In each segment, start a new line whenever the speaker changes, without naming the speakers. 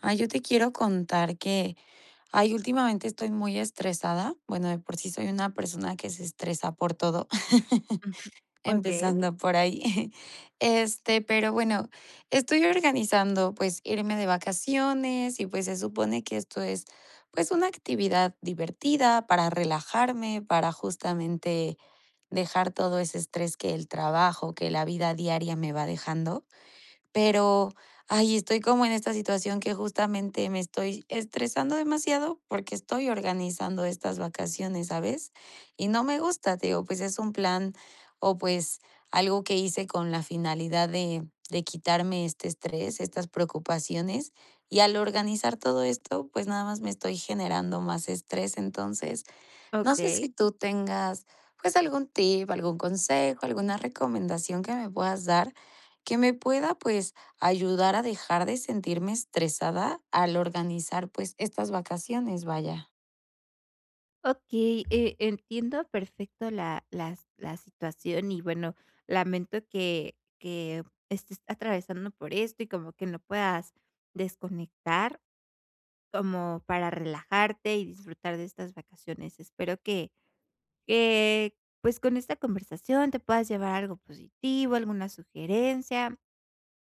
Ay, yo te quiero contar que, ay, últimamente estoy muy estresada. Bueno, de por sí soy una persona que se estresa por todo,
Mm, okey,
empezando por ahí. Pero bueno, estoy organizando pues irme de vacaciones y pues se supone que esto es pues una actividad divertida para relajarme, para justamente dejar todo ese estrés que el trabajo, que la vida diaria me va dejando. Pero, ay, estoy como en esta situación que justamente me estoy estresando demasiado porque estoy organizando estas vacaciones, ¿sabes? Y no me gusta, te digo, pues es un plan o pues algo que hice con la finalidad de quitarme este estrés, estas preocupaciones. Y al organizar todo esto, pues nada más me estoy generando más estrés. Entonces, no sé
okey,
si tú tengas, pues, algún tip, algún consejo, alguna recomendación que me puedas dar, que me pueda, pues, ayudar a dejar de sentirme estresada al organizar, pues, estas vacaciones, vaya.
okey, entiendo perfecto la situación y, bueno, lamento que estés atravesando por esto y como que no puedas desconectar como para relajarte y disfrutar de estas vacaciones. Espero que que, pues, con esta conversación te puedas llevar algo positivo, alguna sugerencia.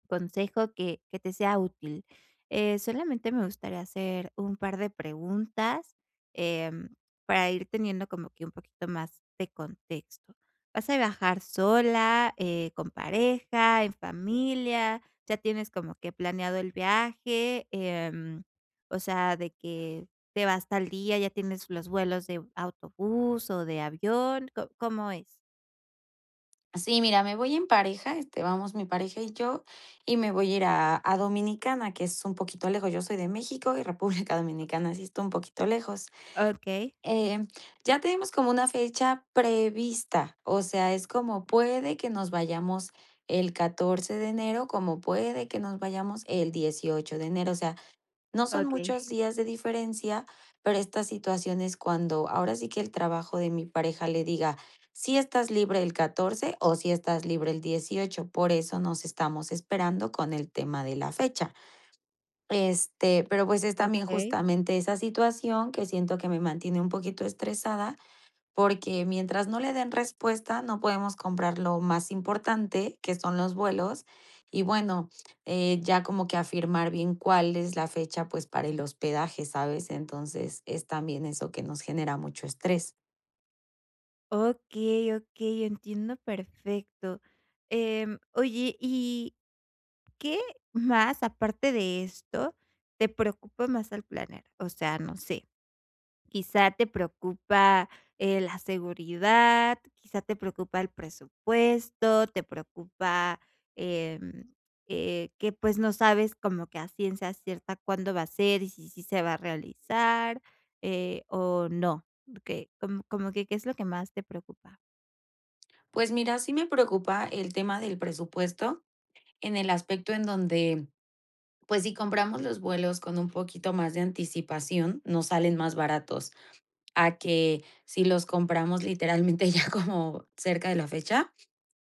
Consejo que te sea útil. Solamente me gustaría hacer un par de preguntas em, para ir teniendo como que un poquito más de contexto. ¿Vas a viajar sola, con pareja, en familia? ¿Ya tienes como que planeado el viaje? O sea, de que te vas tal día, ya tienes los vuelos de autobús o de avión. ¿Cómo es?
Sí, mira, me voy en pareja, vamos mi pareja y yo, y me voy a ir a Dominicana, que es un poquito lejos. Yo soy de México y República Dominicana sí está un poquito lejos.
Ok,
Eh, ya tenemos como una fecha prevista, o sea, es como puede que nos vayamos el 14 de enero, como puede que nos vayamos el 18 de enero, o sea, no son
ok,
muchos días de diferencia, pero esta situación es cuando ahora sí que el trabajo de mi pareja le diga, si estás libre el 14 o si estás libre el 18, por eso nos estamos esperando con el tema de la fecha. Pero, pues, es también
ok.
justamente esa situación que siento que me mantiene un poquito estresada, porque mientras no le den respuesta, no podemos comprar lo más importante, que son los vuelos, y bueno, ya como que afirmar bien cuál es la fecha, pues, para el hospedaje, ¿sabes? Entonces, es también eso que nos genera mucho estrés.
Okey, okey, entiendo perfecto. Oye, ¿y qué más, aparte de esto, te preocupa más al planear? O sea, no sé, quizá te preocupa, la seguridad, quizá te preocupa el presupuesto, te preocupa, em, que, pues, no sabes como que a ciencia cierta cuándo va a ser y si sí se va a realizar, o no, que, como cómo que ¿qué es lo que más te preocupa?
Pues mira, sí me preocupa el tema del presupuesto en el aspecto en donde pues si compramos los vuelos con un poquito más de anticipación, nos salen más baratos a que si los compramos literalmente ya como cerca de la fecha,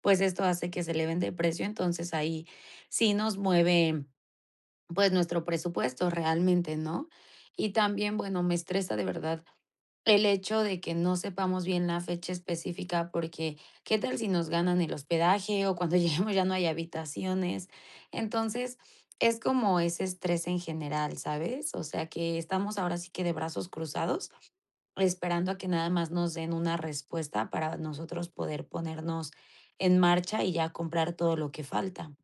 pues esto hace que se eleven de precio, entonces ahí sí nos mueve, pues nuestro presupuesto realmente, ¿no? Y también, bueno, me estresa de verdad el hecho de que no sepamos bien la fecha específica, porque, ¿qué tal si nos ganan el hospedaje o cuando lleguemos ya no hay habitaciones? Entonces, es como ese estrés en general, ¿sabes? O sea, que estamos ahora sí que de brazos cruzados, esperando a que nada más nos den una respuesta para nosotros poder ponernos en marcha y ya comprar todo lo que falta.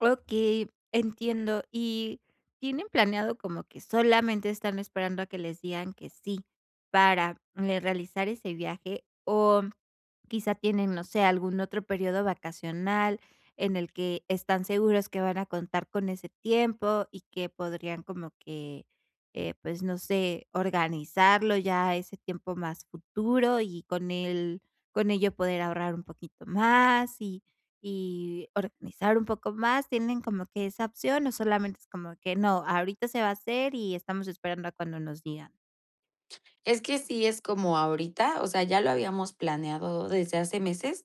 Okey, entiendo. ¿Y tienen planeado como que solamente están esperando a que les digan que sí para, realizar ese viaje? O quizá tienen, no sé, algún otro periodo vacacional en el que están seguros que van a contar con ese tiempo y que podrían como que, pues, no sé, organizarlo ya ese tiempo más futuro y con el con ello poder ahorrar un poquito más y organizar un poco más, ¿tienen como que esa opción o solamente es como que no, ahorita se va a hacer y estamos esperando a cuando nos digan?
Es que sí es como ahorita, o sea, ya lo habíamos planeado desde hace meses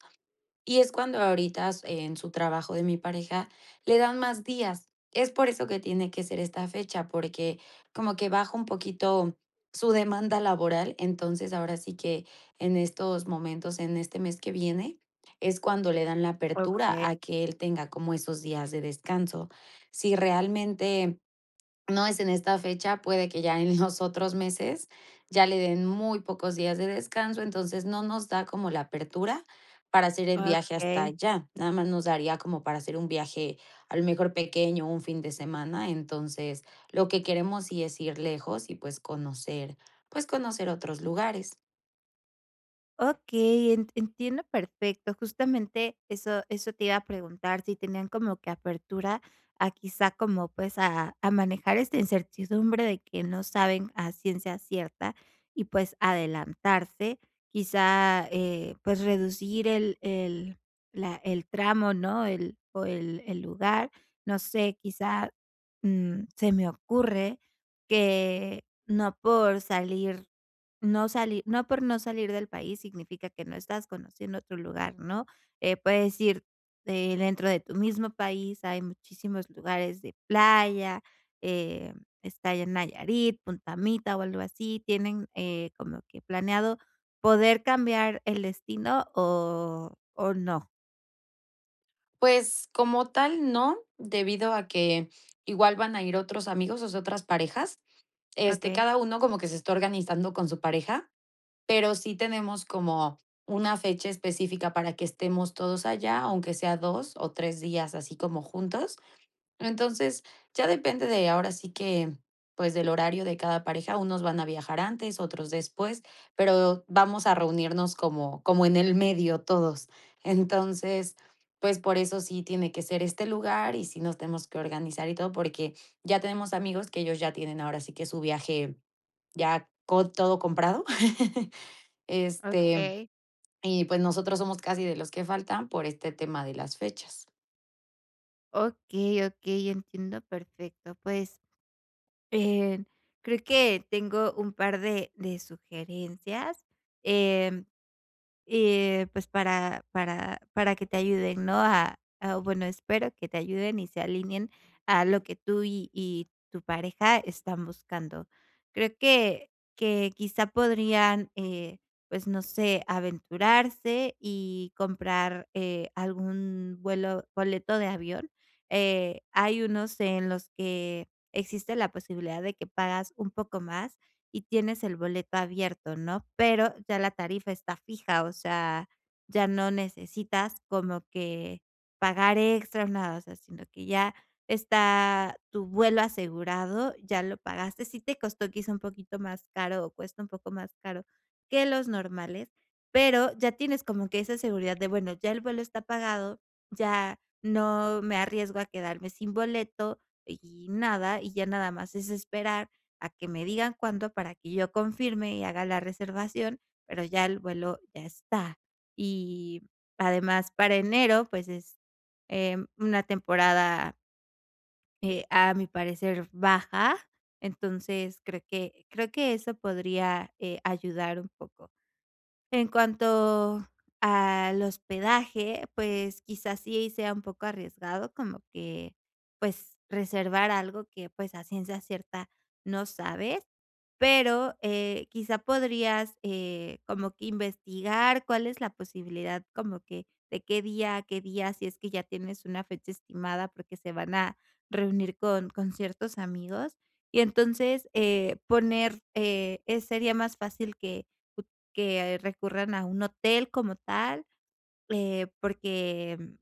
y es cuando ahorita s en su trabajo de mi pareja le dan más días. Es por eso que tiene que ser esta fecha, porque como que baja un poquito su demanda laboral. Entonces, ahora sí que en estos momentos, en este mes que viene, es cuando le dan la apertura
Okey,
a que él tenga como esos días de descanso. Si realmente no es en esta fecha, puede que ya en los otros meses ya le den muy pocos días de descanso, entonces no nos da como la apertura para hacer el viaje hasta
okey.
allá, nada más nos daría como para hacer un viaje a lo mejor pequeño, un fin de semana, entonces lo que queremos sí es ir lejos y pues conocer otros lugares.
Okey, en entiendo perfecto. Justamente eso te iba a preguntar, si tenían como que apertura a quizá como, pues, a manejar esta incertidumbre de que no saben a ciencia cierta y, pues, adelantarse. Quizá, pues, reducir el la el tramo, ¿no? El o el lugar. No sé, quizá, mm, se me ocurre que no por no salir del país significa que no estás conociendo otro lugar, ¿no? Puedes ir, dentro de tu mismo país, hay muchísimos lugares de playa, eh, está en Nayarit, Punta Mita o algo así, ¿tienen, como que planeado poder cambiar el destino o no?
Pues como tal, no, debido a que igual van a ir otros amigos, o sea, otras parejas,
Okey.
cada uno como que se está organizando con su pareja, pero sí tenemos como una fecha específica para que estemos todos allá, aunque sea 2 o 3 días así como juntos. Entonces, ya depende de ahora sí que, pues, del horario de cada pareja, unos van a viajar antes, otros después, pero vamos a reunirnos como en el medio todos. Entonces, pues, por eso sí tiene que ser este lugar y sí nos tenemos que organizar y todo, porque ya tenemos amigos que ellos ya tienen ahora sí que su viaje ya co todo comprado. Este,
Okey,
y pues nosotros somos casi de los que faltan por este tema de las fechas.
okey, okey, entiendo perfecto, pues Eh, creo que tengo un par de sugerencias, em, pues para que te ayuden, ¿no? A bueno, espero que te ayuden y se alineen a lo que tú y tu pareja están buscando. Creo que quizá podrían, pues, no sé, aventurarse y comprar, algún vuelo boleto de avión. Hay unos en los que existe la posibilidad de que pagas un poco más y tienes el boleto abierto, ¿no? Pero ya la tarifa está fija, o sea, ya no necesitas como que pagar extra, o nada, o sea, sino que ya está tu vuelo asegurado, ya lo pagaste. Si te costó quizá un poquito más caro o cuesta un poco más caro que los normales, pero ya tienes como que esa seguridad de, bueno, ya el vuelo está pagado, ya no me arriesgo a quedarme sin boleto y nada, y ya nada más es esperar a que me digan cuándo para que yo confirme y haga la reservación, pero ya el vuelo ya está. Y además para enero, pues es, una temporada, a mi parecer baja, entonces creo que eso podría, ayudar un poco. En cuanto al hospedaje, pues, quizás sí sea un poco arriesgado, como que, pues, reservar algo que, pues, a ciencia cierta no sabes, pero, quizá podrías, como que investigar cuál es la posibilidad, como que de qué día a qué día, si es que ya tienes una fecha estimada, porque se van a reunir con ciertos amigos. Y entonces, poner, sería más fácil que recurran a un hotel como tal, porque, mm,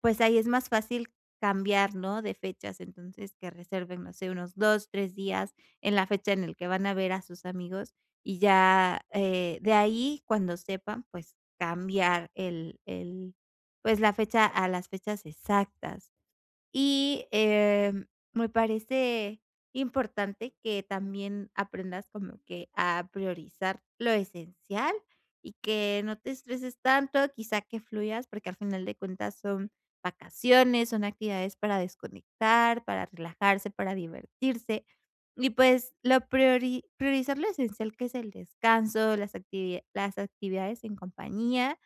pues, ahí es más fácil cambiar, ¿no?, de fechas. Entonces, que reserven, no sé, unos 2 3 días en la fecha en el que van a ver a sus amigos, y ya, de ahí, cuando sepan, pues, cambiar pues, la fecha a las fechas exactas. Y, em, me parece importante que también aprendas como que a priorizar lo esencial y que no te estreses tanto, quizá que fluyas, porque al final de cuentas son vacaciones, son actividades para desconectar, para relajarse, para divertirse. Y pues lo priori priorizar lo esencial que es el descanso, las actividades en compañía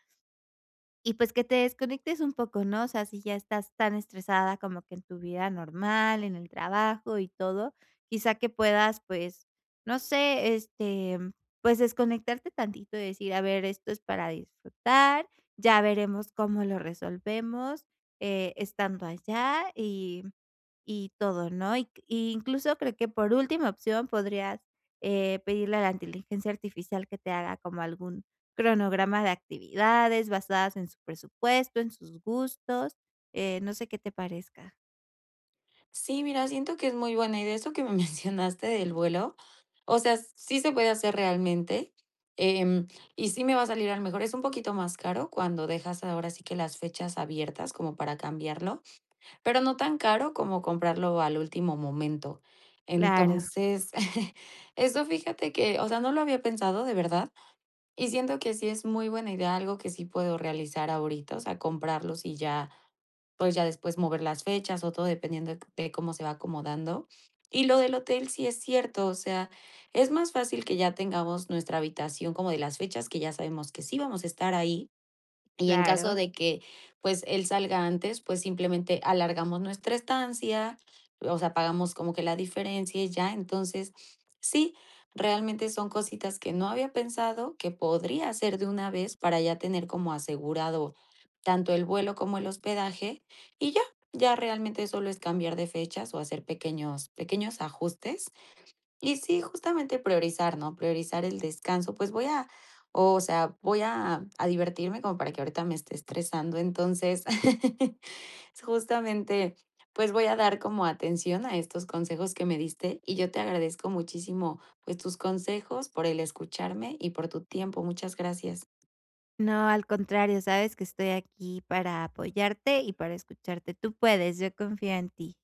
y pues que te desconectes un poco, ¿no? O sea, si ya estás tan estresada como que en tu vida normal, en el trabajo y todo, quizá que puedas, pues, no sé, este, pues desconectarte tantito y decir, a ver, esto es para disfrutar, ya veremos cómo lo resolvemos estando allá y todo, ¿no? Y incluso creo que por última opción podrías, pedirle a la inteligencia artificial que te haga como algún cronograma de actividades basadas en su presupuesto, en sus gustos, no sé qué te parezca.
Sí, mira, siento que es muy buena idea eso que me mencionaste del vuelo. O sea, sí se puede hacer realmente, em, y sí me va a salir al mejor. Es un poquito más caro cuando dejas ahora sí que las fechas abiertas como para cambiarlo, pero no tan caro como comprarlo al último momento.
Claro,
Entonces, eso fíjate que, o sea, no lo había pensado de verdad, y siento que sí es muy buena idea, algo que sí puedo realizar ahorita, o sea, comprarlos y ya, pues, ya después mover las fechas o todo dependiendo de cómo se va acomodando. Y lo del hotel sí es cierto, o sea, es más fácil que ya tengamos nuestra habitación como de las fechas que ya sabemos que sí vamos a estar ahí, y en caso
claro.
de que, pues, él salga antes, pues, simplemente alargamos nuestra estancia, o sea, pagamos como que la diferencia y ya. Entonces, sí, realmente son cositas que no había pensado que podría hacer de una vez para ya tener como asegurado tanto el vuelo como el hospedaje y ya, ya realmente solo es cambiar de fechas o hacer pequeños ajustes y sí, justamente priorizar, ¿no? Priorizar el descanso. Pues voy a, o sea, voy a divertirme como para que ahorita me esté estresando. Entonces, justamente, pues voy a dar como atención a estos consejos que me diste y yo te agradezco muchísimo, pues tus consejos, por el escucharme y por tu tiempo. Muchas gracias.
No, al contrario, sabes que estoy aquí para apoyarte y para escucharte. Tú puedes, yo confío en ti.